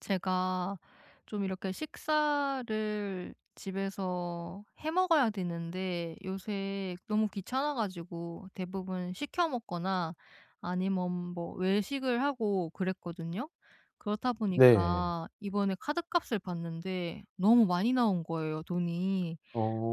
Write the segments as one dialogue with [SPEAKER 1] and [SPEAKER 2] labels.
[SPEAKER 1] 제가 좀 이렇게 식사를 집에서 해 먹어야 되는데 요새 너무 귀찮아 가지고 대부분 시켜 먹거나 아니면 뭐 외식을 하고 그랬거든요. 그렇다
[SPEAKER 2] 네.
[SPEAKER 1] 보니까 이번에 카드값을 봤는데 너무 많이 나온 거예요, 돈이.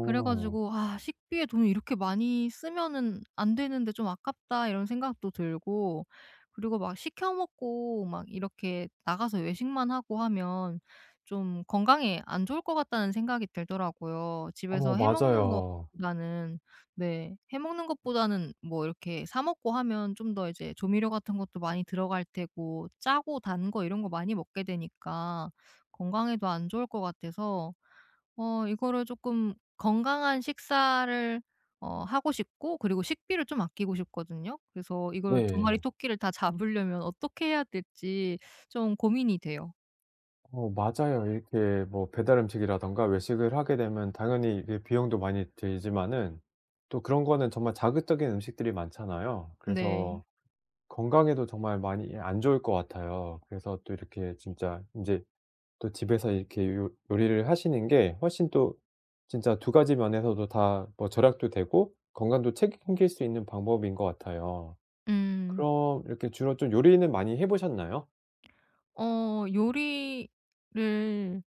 [SPEAKER 1] 그래 가지고 '아 식비에 돈을 이렇게 많이 쓰면은 안 되는데 좀 아깝다.' 이런 생각도 들고, 그리고 막 시켜 먹고 막 이렇게 나가서 외식만 하고 하면 좀 건강에 안 좋을 것 같다는 생각이 들더라고요.
[SPEAKER 2] 어
[SPEAKER 1] 집에서 해 먹는
[SPEAKER 2] 맞아요.
[SPEAKER 1] 것보다는, 네, 해 먹는 것보다는 뭐 이렇게 사 먹고 하면 좀 더 이제 조미료 같은 것도 많이 들어갈 테고 짜고 단 거 이런 거 많이 먹게 되니까 건강에도 안 좋을 것 같아서 이거를 조금 건강한 식사를 하고 싶고, 그리고 식비를 좀 아끼고 싶거든요. 그래서 이걸 두 마리
[SPEAKER 2] 네.
[SPEAKER 1] 토끼를 다 잡으려면 어떻게 해야 될지 좀 고민이 돼요.
[SPEAKER 2] 어 맞아요. 이렇게 뭐 배달 음식이라든가 외식을 하게 되면 당연히 이게 비용도 많이 들지만은 또 그런 거는 정말 자극적인 음식들이 많잖아요.
[SPEAKER 1] 네.
[SPEAKER 2] 그래서 건강에도 정말 많이 안 좋을 것 같아요. 그래서 또 이렇게 진짜 인제 또 집에서 이렇게 요 요리를 하시는 게 훨씬 또 진짜 두 가지 면에서도 다 뭐 절약도 되고 건강도 책임질 수 있는 방법인 것 같아요.
[SPEAKER 1] 음.
[SPEAKER 2] 그럼 이렇게 주로 좀 요리는 많이 해 보셨나요?
[SPEAKER 1] 요리를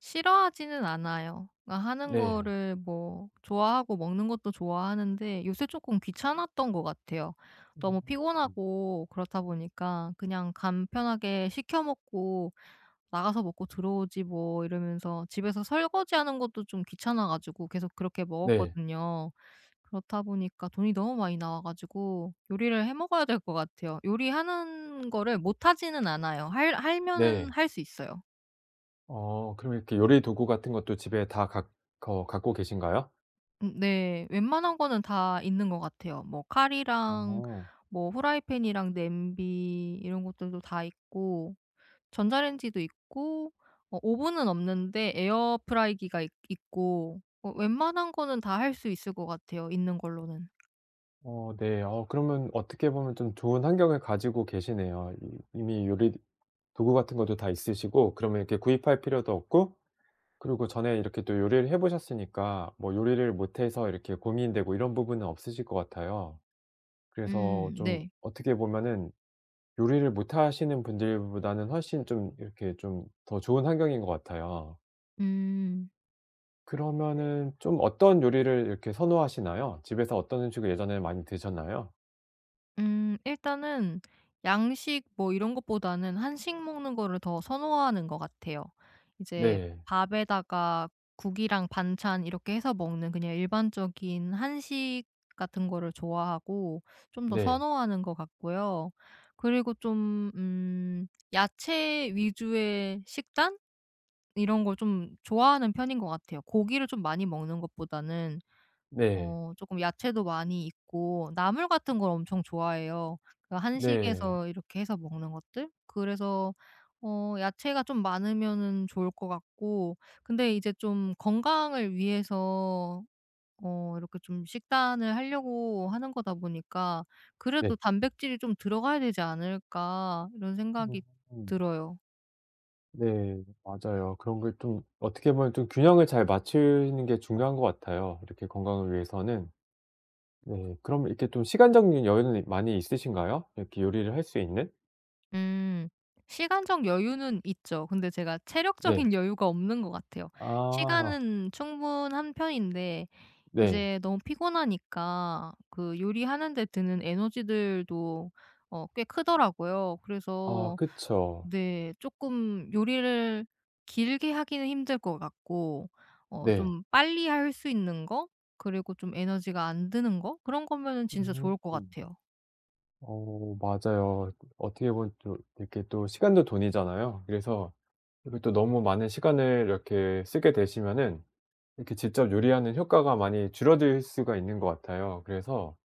[SPEAKER 1] 싫어하지는 않아요. 그러니까 하는
[SPEAKER 2] 네.
[SPEAKER 1] 거를 뭐 좋아하고 먹는 것도 좋아하는데 요새 조금 귀찮았던 것 같아요. 너무
[SPEAKER 2] 음.
[SPEAKER 1] 피곤하고 그렇다 보니까 그냥 간편하게 시켜 먹고 나가서 먹고 들어오지 뭐 이러면서 집에서 설거지하는 것도 좀 귀찮아 가지고 계속 그렇게
[SPEAKER 2] 네.
[SPEAKER 1] 먹었거든요. 그렇다 보니까 돈이 너무 많이 나와 가지고 요리를 해 먹어야 될 것 같아요. 요리하는 거를 못 하지는 않아요. 할 하면은
[SPEAKER 2] 네.
[SPEAKER 1] 할 수 있어요.
[SPEAKER 2] 어 그럼 이렇게 요리 도구 같은 것도 집에 다 갖 거 갖고 계신가요?
[SPEAKER 1] 음, 네. 웬만한 거는 다 있는 것 같아요. 뭐 칼이랑
[SPEAKER 2] 어.
[SPEAKER 1] 뭐 후라이팬이랑 냄비 이런 것들도 다 있고 전자레인지도 있고, 오븐은 없는데 에어프라이기가 있고 웬만한 거는 다 할 수 있을 것 같아요, 있는 걸로는.
[SPEAKER 2] 어 네. 어 그러면 어떻게 보면 좀 좋은 환경을 가지고 계시네요. 이 이미 요리 도구 같은 것도 다 있으시고 그러면 이렇게 구입할 필요도 없고 그리고 전에 이렇게 또 요리를 해 보셨으니까 뭐 요리를 못해서 이렇게 고민되고 이런 부분은 없으실 것 같아요. 그래서
[SPEAKER 1] 음.
[SPEAKER 2] 좀
[SPEAKER 1] 네.
[SPEAKER 2] 어떻게 보면은 요리를 못하시는 분들보다는 훨씬 좀 이렇게 좀 더 좋은 환경인 것 같아요.
[SPEAKER 1] 음.
[SPEAKER 2] 그러면은 좀 어떤 요리를 이렇게 선호하시나요? 집에서 어떤 음식을 예전에 많이 드셨나요?
[SPEAKER 1] 일단은 양식 뭐 이런 것보다는 한식 먹는 거를 더 선호하는 것 같아요. 이제
[SPEAKER 2] 네.
[SPEAKER 1] 밥에다가 국이랑 반찬 이렇게 해서 먹는 그냥 일반적인 한식 같은 거를 좋아하고 좀 더
[SPEAKER 2] 네.
[SPEAKER 1] 선호하는 것 같고요. 그리고 좀 야채 위주의 식단 이런 걸 좀 좋아하는 편인 것 같아요. 고기를 좀 많이 먹는 것보다는
[SPEAKER 2] 네.
[SPEAKER 1] 조금 야채도 많이 있고 나물 같은 걸 엄청 좋아해요. 그
[SPEAKER 2] 네.
[SPEAKER 1] 한식에서 이렇게 해서 먹는 것들? 그래서 야채가 좀 많으면은 좋을 것 같고, 근데 이제 좀 건강을 위해서 이렇게 좀 식단을 하려고 하는 거다 보니까
[SPEAKER 2] 네.
[SPEAKER 1] 그래도 '단백질이 좀 들어가야 되지 않을까?' 이런 생각이
[SPEAKER 2] 음.
[SPEAKER 1] 들어요.
[SPEAKER 2] 네. 맞아요. 그런 걸 좀 어떻게 보면 좀 균형을 잘 맞추는 게 중요한 것 같아요, 이렇게 건강을 위해서는. 네. 그럼 이렇게 좀 시간적인 여유는 많이 있으신가요? 이렇게 요리를 할 수 있는?
[SPEAKER 1] 음. 시간적 여유는 있죠. 근데 제가
[SPEAKER 2] 네.
[SPEAKER 1] 체력적인 여유가 없는 것 같아요.
[SPEAKER 2] 아.
[SPEAKER 1] 시간은 충분한 편인데
[SPEAKER 2] 네.
[SPEAKER 1] 이제 너무 피곤하니까 그 요리하는 데 드는 에너지들도 꽤 크더라고요.
[SPEAKER 2] 아
[SPEAKER 1] 그래서
[SPEAKER 2] 그쵸.
[SPEAKER 1] 네, 조금 요리를 길게 하기는 힘들 것 같고
[SPEAKER 2] 네.
[SPEAKER 1] 좀 빨리 할 수 있는 거, 그리고 좀 에너지가 안 드는 거 그런 거면은 진짜
[SPEAKER 2] 음.
[SPEAKER 1] 좋을 것 같아요.
[SPEAKER 2] 어 맞아요. 어떻게 보면 또 이렇게 또 시간도 돈이잖아요. 그래서 이렇게 또 너무 많은 시간을 이렇게 쓰게 되시면은 이렇게 직접 요리하는 효과가 많이 줄어들 수가 있는 것 같아요. 그래서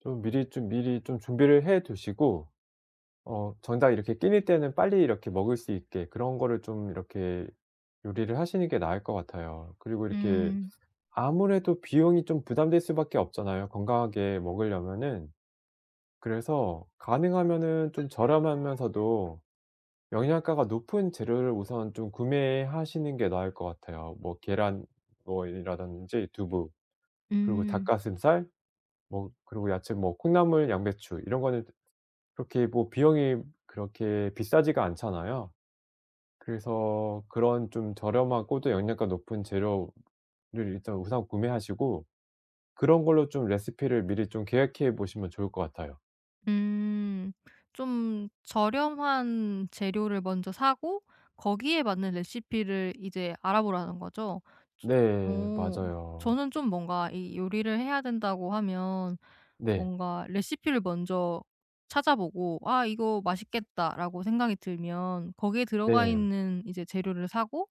[SPEAKER 2] 좀 미리 좀 준비를 해 두시고 어 정작 이렇게 끼니 때는 빨리 이렇게 먹을 수 있게 그런 거를 좀 이렇게 요리를 하시는 게 나을 것 같아요. 그리고 이렇게
[SPEAKER 1] 음.
[SPEAKER 2] 아무래도 비용이 좀 부담될 수밖에 없잖아요 건강하게 먹으려면은. 그래서 가능하면은 좀 저렴하면서도 영양가가 높은 재료를 우선 좀 구매하시는 게 나을 것 같아요. 뭐 계란 뭐 이라든지 두부 그리고
[SPEAKER 1] 음.
[SPEAKER 2] 닭가슴살 뭐 그리고 야채 뭐 콩나물, 양배추 이런 거는 그렇게 뭐 비용이 그렇게 비싸지가 않잖아요. 그래서 그런 좀 저렴하고 또 영양가 높은 재료를 일단 우선 구매하시고 그런 걸로 좀 레시피를 미리 좀 계획해 보시면 좋을 것 같아요.
[SPEAKER 1] 음. 좀 저렴한 재료를 먼저 사고 거기에 맞는 레시피를 이제 알아보라는 거죠. 저.
[SPEAKER 2] 네.
[SPEAKER 1] 어.
[SPEAKER 2] 맞아요.
[SPEAKER 1] 저는 좀 뭔가 이 요리를 해야 된다고 하면
[SPEAKER 2] 네.
[SPEAKER 1] 뭔가 레시피를 먼저 찾아보고 '아 이거 맛있겠다.'라고 생각이 들면 거기에 들어가
[SPEAKER 2] 네.
[SPEAKER 1] 있는 이제 재료를 사고,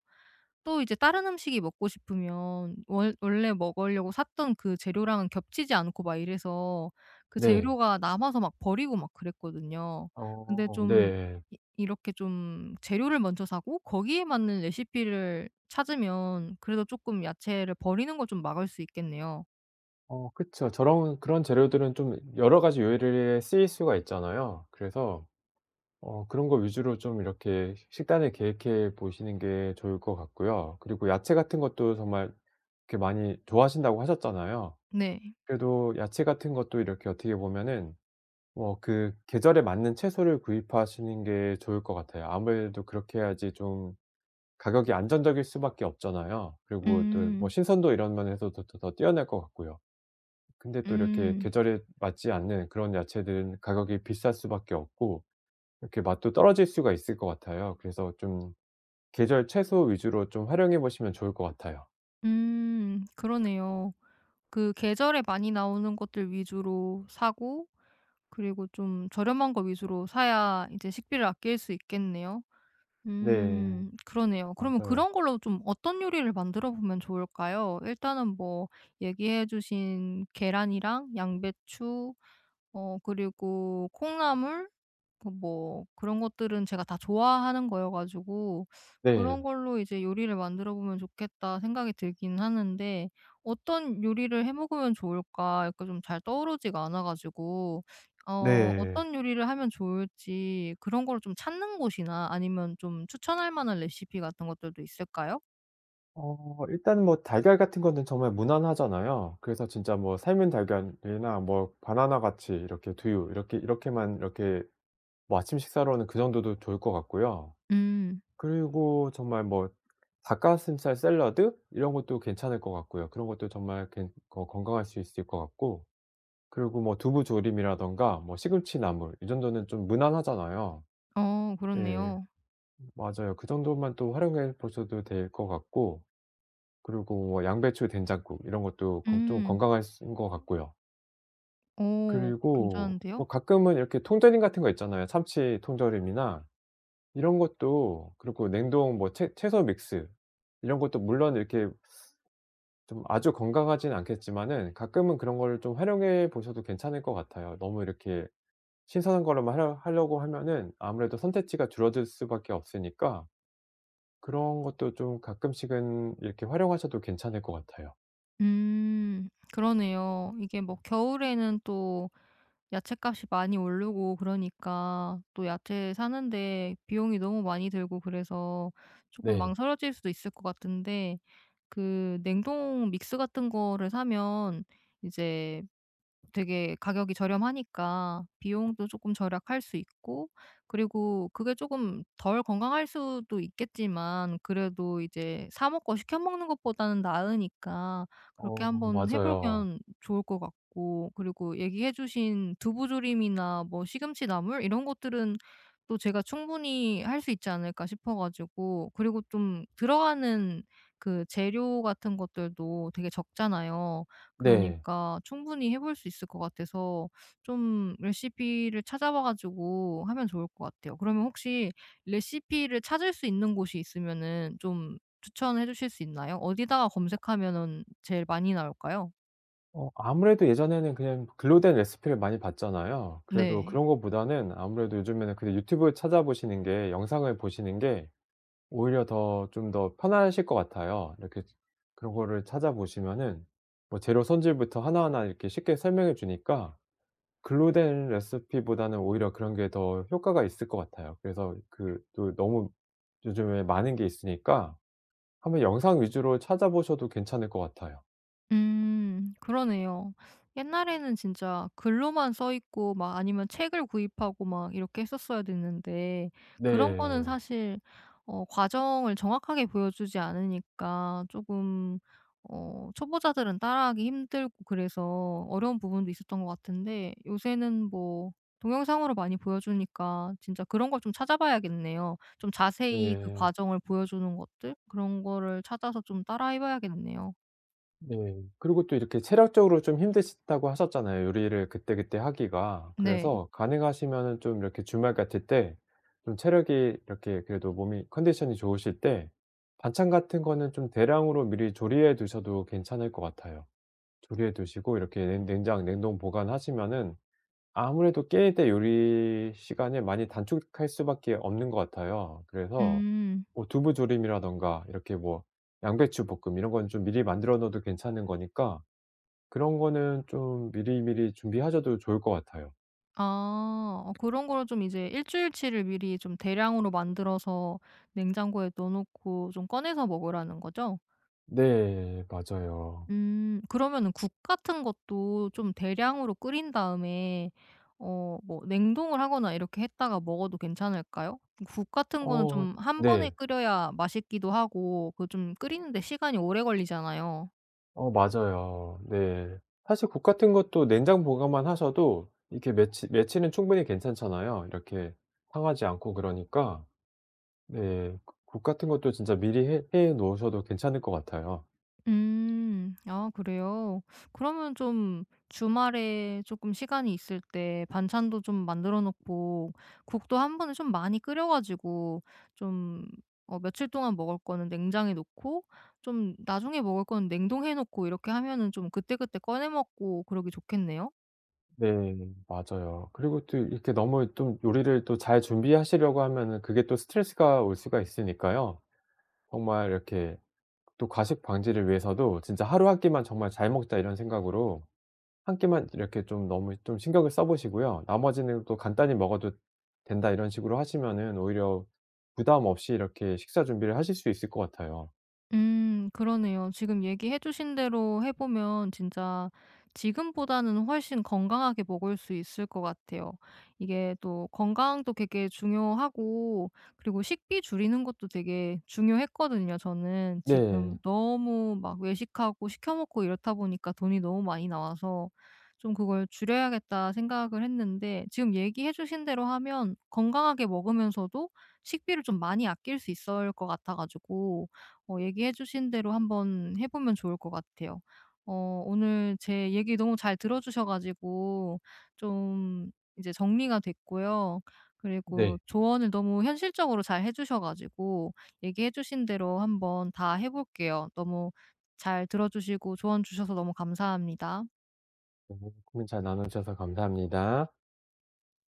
[SPEAKER 1] 또 이제 다른 음식이 먹고 싶으면 원 원래 먹으려고 샀던 그 재료랑은 겹치지 않고 막 이래서 그
[SPEAKER 2] 네.
[SPEAKER 1] 재료가 남아서 막 버리고 막 그랬거든요. 근데
[SPEAKER 2] 어
[SPEAKER 1] 좀
[SPEAKER 2] 네.
[SPEAKER 1] 이 이렇게 좀 재료를 먼저 사고 거기에 맞는 레시피를 찾으면 그래도 조금 야채를 버리는 걸 좀 막을 수 있겠네요.
[SPEAKER 2] 어 그쵸. 저런 그런 재료들은 좀 여러 가지 요리에 쓰일 수가 있잖아요. 그래서 어 그런 거 위주로 좀 이렇게 식단을 계획해 보시는 게 좋을 것 같고요. 그리고 야채 같은 것도 정말 이렇게 많이 좋아하신다고 하셨잖아요.
[SPEAKER 1] 네.
[SPEAKER 2] 그래도 야채 같은 것도 이렇게 어떻게 보면은 뭐 그 계절에 맞는 채소를 구입하시는 게 좋을 것 같아요. 아무래도 그렇게 해야지 좀 가격이 안정적일 수밖에 없잖아요. 음. 그리고 또 뭐
[SPEAKER 1] 음.
[SPEAKER 2] 신선도 이런 면에서도 더 뛰어날 것 같고요. 근데 또 이렇게
[SPEAKER 1] 음.
[SPEAKER 2] 계절에 맞지 않는 그런 야채들은 가격이 비쌀 수밖에 없고 이렇게 맛도 떨어질 수가 있을 것 같아요. 그래서 좀 계절 채소 위주로 좀 활용해 보시면 좋을 것 같아요.
[SPEAKER 1] 음. 그러네요. 그 계절에 많이 나오는 것들 위주로 사고 그리고 좀 저렴한 거 위주로 사야 이제 식비를 아낄 수 있겠네요.
[SPEAKER 2] 네.
[SPEAKER 1] 그러네요. 그러면
[SPEAKER 2] 맞아요.
[SPEAKER 1] 그런 걸로 좀 어떤 요리를 만들어 보면 좋을까요? 일단은 뭐 얘기해 주신 계란이랑 양배추, 그리고 콩나물 그 뭐 그런 것들은 제가 다 좋아하는 거여 가지고
[SPEAKER 2] 네.
[SPEAKER 1] '그런 걸로 이제 요리를 만들어 보면 좋겠다.' 생각이 들긴 하는데 어떤 요리를 해 먹으면 좋을까 약간 좀 잘 떠오르지가 않아 가지고
[SPEAKER 2] 네.
[SPEAKER 1] 어떤 요리를 하면 좋을지 그런 거를 좀 찾는 곳이나 아니면 좀 추천할 만한 레시피 같은 것들도 있을까요?
[SPEAKER 2] 어 일단 뭐 달걀 같은 거는 정말 무난하잖아요. 그래서 진짜 뭐 삶은 달걀이나 뭐 바나나 같이 이렇게 두유 이렇게 이렇게만 이렇게 뭐 아침 식사로는 그 정도도 좋을 것 같고요.
[SPEAKER 1] 음.
[SPEAKER 2] 그리고 정말 뭐 닭가슴살 샐러드 이런 것도 괜찮을 것 같고요. 그런 것도 정말 괜 거 건강할 수 있을 것 같고 그리고 뭐 두부 조림이라든가 뭐 시금치 나물 이 정도는 좀 무난하잖아요.
[SPEAKER 1] 어,
[SPEAKER 2] 네.
[SPEAKER 1] 그렇네요.
[SPEAKER 2] 맞아요. 그 정도만 또 활용해 보셔도 될 것 같고 그리고 뭐 양배추 된장국 이런 것도 건 좀
[SPEAKER 1] 음.
[SPEAKER 2] 건강할 수 인 것 같고요.
[SPEAKER 1] 어,
[SPEAKER 2] 그리고
[SPEAKER 1] 괜찮은데요?
[SPEAKER 2] 뭐 가끔은 이렇게 통조림 같은 거 있잖아요. 참치 통조림이나 이런 것도 그렇고 냉동 뭐 채 채소 믹스 이런 것도 물론 이렇게 좀 아주 건강하진 않겠지만은 가끔은 그런 거를 좀 활용해 보셔도 괜찮을 것 같아요. 너무 이렇게 신선한 거로만 하려고 하면은 아무래도 선택지가 줄어들 수밖에 없으니까 그런 것도 좀 가끔씩은 이렇게 활용하셔도 괜찮을 것 같아요.
[SPEAKER 1] 음. 그러네요. 이게 뭐 겨울에는 또 야채값이 많이 오르고 그러니까 또 야채 사는데 비용이 너무 많이 들고 그래서 조금
[SPEAKER 2] 네.
[SPEAKER 1] 망설여질 수도 있을 것 같은데 그 냉동 믹스 같은 거를 사면 이제 되게 가격이 저렴하니까 비용도 조금 절약할 수 있고, 그리고 그게 조금 덜 건강할 수도 있겠지만 그래도 이제 사 먹고 시켜 먹는 것보다는 나으니까 그렇게
[SPEAKER 2] 어
[SPEAKER 1] 한번 해
[SPEAKER 2] 맞아요.
[SPEAKER 1] 보면 좋을 것 같고, 그리고 얘기해 주신 두부조림이나 뭐 시금치 나물 이런 것들은 또 제가 충분히 할 수 있지 않을까 싶어 가지고, 그리고 좀 들어가는 그 재료 같은 것들도 되게 적잖아요.
[SPEAKER 2] 네.
[SPEAKER 1] 그러니까 충분히 해볼 수 있을 것 같아서 좀 레시피를 찾아봐 가지고 하면 좋을 것 같아요. 그러면 혹시 레시피를 찾을 수 있는 곳이 있으면은 좀 추천해 주실 수 있나요? 어디다가 검색하면은 제일 많이 나올까요?
[SPEAKER 2] 어 아무래도 예전에는 그냥 글로 된 레시피를 많이 봤잖아요. 그래도
[SPEAKER 1] 네.
[SPEAKER 2] 그런 것보다는 아무래도 요즘에는 그냥 유튜브 찾아보시는 게 영상을 보시는 게 오히려 더 좀 더 편하실 것 같아요. 이렇게 그런 거를 찾아보시면은 뭐 재료 손질부터 하나하나 이렇게 쉽게 설명해 주니까 글로 된 레시피보다는 오히려 그런 게 더 효과가 있을 것 같아요. 그래서 그 또 너무 요즘에 많은 게 있으니까 한번 영상 위주로 찾아보셔도 괜찮을 것 같아요.
[SPEAKER 1] 음, 그러네요. 옛날에는 진짜 글로만 써 있고 막 아니면 책을 구입하고 막 이렇게 했었어야 됐는데 그런 거는
[SPEAKER 2] 네.
[SPEAKER 1] 사실 과정을 정확하게 보여주지 않으니까 조금 초보자들은 따라하기 힘들고 그래서 어려운 부분도 있었던 것 같은데 요새는 뭐 동영상으로 많이 보여주니까 진짜 그런 걸 좀 찾아봐야겠네요. 좀 자세히 그
[SPEAKER 2] 네.
[SPEAKER 1] 과정을 보여주는 것들 그런 거를 찾아서 좀 따라해 봐야겠네요.
[SPEAKER 2] 네. 그리고 또 이렇게 체력적으로 좀 힘드시다고 하셨잖아요, 요리를 그때그때 하기가.
[SPEAKER 1] 네.
[SPEAKER 2] 그래서 가능하시면은 좀 이렇게 주말 같을 때 좀 체력이 이렇게 그래도 몸이 컨디션이 좋으실 때 반찬 같은 거는 좀 대량으로 미리 조리해 두셔도 괜찮을 것 같아요. 조리해 두시고 이렇게 냉 냉장 냉동 보관하시면은 아무래도 게임 때 요리 시간을 많이 단축할 수밖에 없는 것 같아요. 그래서
[SPEAKER 1] 음.
[SPEAKER 2] 뭐 두부조림이라든가 이렇게 뭐 양배추 볶음 이런 건 좀 미리 만들어 놓어도 괜찮은 거니까 그런 거는 좀 미리미리 준비하셔도 좋을 것 같아요.
[SPEAKER 1] 아. 그런 거를 좀 이제 일 주일치를 미리 좀 대량으로 만들어서 냉장고에 넣어 놓고 좀 꺼내서 먹으라는 거죠?
[SPEAKER 2] 네. 맞아요.
[SPEAKER 1] 음. 그러면은 국 같은 것도 좀 대량으로 끓인 다음에 뭐 냉동을 하거나 이렇게 했다가 먹어도 괜찮을까요? 국 같은 거는
[SPEAKER 2] 어
[SPEAKER 1] 좀 한 번에
[SPEAKER 2] 네.
[SPEAKER 1] 끓여야 맛있기도 하고 그 좀 끓이는데 시간이 오래 걸리잖아요.
[SPEAKER 2] 어 맞아요. 네. 사실 국 같은 것도 냉장 보관만 하셔도 이렇게 며칠 며칠은 충분히 괜찮잖아요, 이렇게 상하지 않고 그러니까. 네. 그 국 같은 것도 진짜 미리 해해 놓으셔도 괜찮을 것 같아요.
[SPEAKER 1] 음. 아, 그래요? 그러면 좀 주말에 조금 시간이 있을 때 반찬도 좀 만들어 놓고 국도 한 번에 좀 많이 끓여 가지고 좀 며칠 동안 먹을 거는 냉장에 놓고 좀 나중에 먹을 거는 냉동해 놓고 이렇게 하면은 좀 그때그때 꺼내 먹고 그러기 좋겠네요?
[SPEAKER 2] 네. 맞아요. 그리고 또 이렇게 너무 좀 요리를 또 잘 준비하시려고 하면은 그게 또 스트레스가 올 수가 있으니까요. 정말 이렇게 또 과식 방지를 위해서도 진짜 '하루 한 끼만 정말 잘 먹자.' 이런 생각으로 한 끼만 이렇게 좀 너무 좀 신경을 써 보시고요. 나머지는 또 '간단히 먹어도 된다.' 이런 식으로 하시면은 오히려 부담 없이 이렇게 식사 준비를 하실 수 있을 것 같아요.
[SPEAKER 1] 그러네요. 지금 얘기해 주신 대로 해 보면 진짜 지금보다는 훨씬 건강하게 먹을 수 있을 것 같아요. 이게 또 건강도 되게 중요하고, 그리고 식비 줄이는 것도 되게 중요했거든요, 저는. 지금
[SPEAKER 2] 네.
[SPEAKER 1] 너무 막 외식하고 시켜 먹고 이렇다 보니까 돈이 너무 많이 나와서 좀 '그걸 줄여야겠다.' 생각을 했는데 지금 얘기해 주신 대로 하면 건강하게 먹으면서도 식비를 좀 많이 아낄 수 있을 것 같아 가지고, 얘기해 주신 대로 한번 해 보면 좋을 것 같아요. 오늘 제 얘기 너무 잘 들어 주셔 가지고 좀 이제 정리가 됐고요. 그리고
[SPEAKER 2] 네.
[SPEAKER 1] 조언을 너무 현실적으로 잘 해 주셔 가지고 얘기해 주신 대로 한번 다 해 볼게요. 너무 잘 들어 주시고 조언 주셔서 너무 감사합니다.
[SPEAKER 2] 네. 고민 잘 나눠 주셔서 감사합니다.